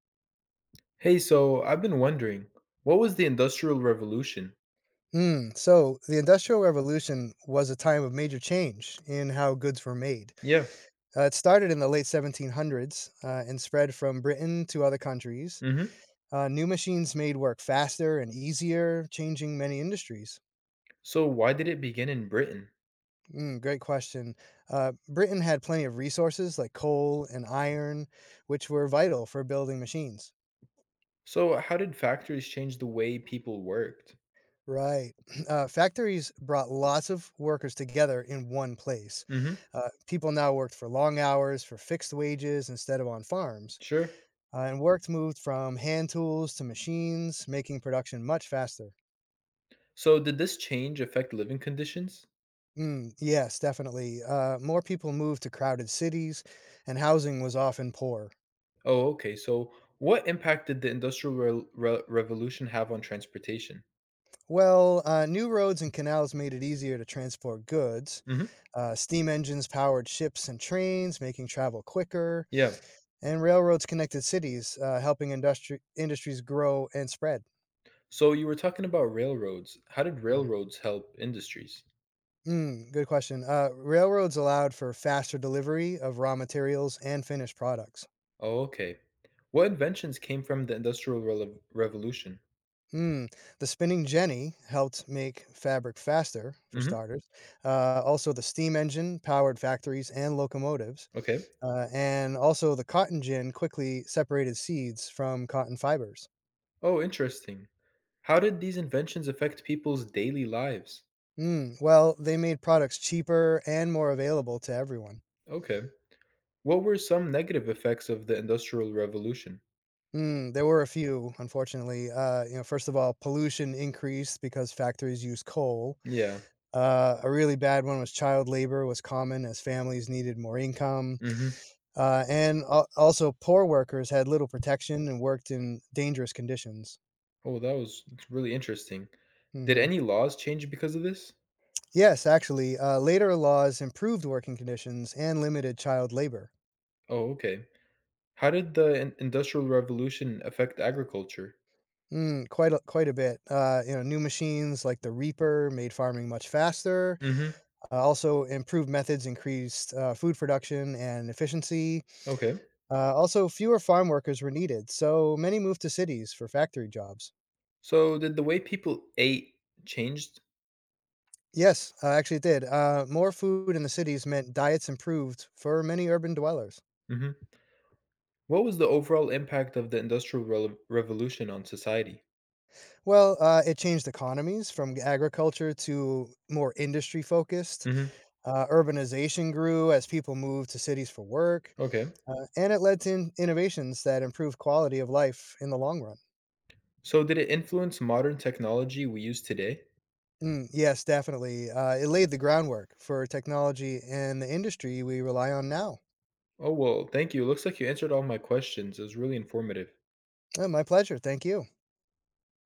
Hey, so I've been wondering, what was the Industrial Revolution? The Industrial Revolution was a time of major change in how goods were made. Yeah. It started in the late 1700s and spread from Britain to other countries. Mm-hmm. New machines made work faster and easier, changing many industries. So why did it begin in Britain? Mm, great question. Britain had plenty of resources like coal and iron, which were vital for building machines. So how did factories change the way people worked? Right. Factories brought lots of workers together in one place. Mm-hmm. People now worked for long hours, for fixed wages instead of on farms, Sure. And worked moved from hand tools to machines, making production much faster. So did this change affect living conditions? Mm, yes, definitely. More people moved to crowded cities, and housing was often poor. Oh, okay. So what impact did the Revolution have on transportation? Well, new roads and canals made it easier to transport goods. Mm-hmm. Steam engines powered ships and trains, making travel quicker Yeah. and railroads connected cities, helping industries grow and spread. So you were talking about railroads. How did Mm, railroads help industries? Good question. Railroads allowed for faster delivery of raw materials and finished products. Oh, okay. What inventions came from the Revolution? Mm, the spinning jenny helped make fabric faster, for Mm-hmm. starters. Also, the steam engine powered factories and locomotives. Okay. And also, the cotton gin quickly separated seeds from cotton fibers. Oh, interesting. How did these inventions affect people's daily lives? Well, they made products cheaper and more available to everyone. Okay. What were some negative effects of the Industrial Revolution? There were a few, unfortunately. First of all, pollution increased because factories use coal. Yeah. A really bad one was child labor was common as families needed more income, Mm-hmm. and also poor workers had little protection and worked in dangerous conditions. Oh, that was it's really interesting. Did hmm any laws change because of this? Yes, actually, later laws improved working conditions and limited child labor. Oh, okay. How did the Industrial Revolution affect agriculture? Quite a bit. New machines like the reaper made farming much faster. Mm-hmm. Also, improved methods increased food production and efficiency. Okay. Also, fewer farm workers were needed, so many moved to cities for factory jobs. So did the way people ate changed? Yes, actually, it did. More food in the cities meant diets improved for many urban dwellers. Mm-hmm. What was the overall impact of the Revolution on society? Well, it changed economies from agriculture to more industry focused. Mm-hmm. Urbanization grew as people moved to cities for work, Okay. And it led to innovations that improved quality of life in the long run. So, did it influence modern technology we use today? Mm, yes, definitely. It laid the groundwork for technology and the industry we rely on now. Oh, well, thank you. Looks like you answered all my questions. It was really informative. My pleasure. Thank you.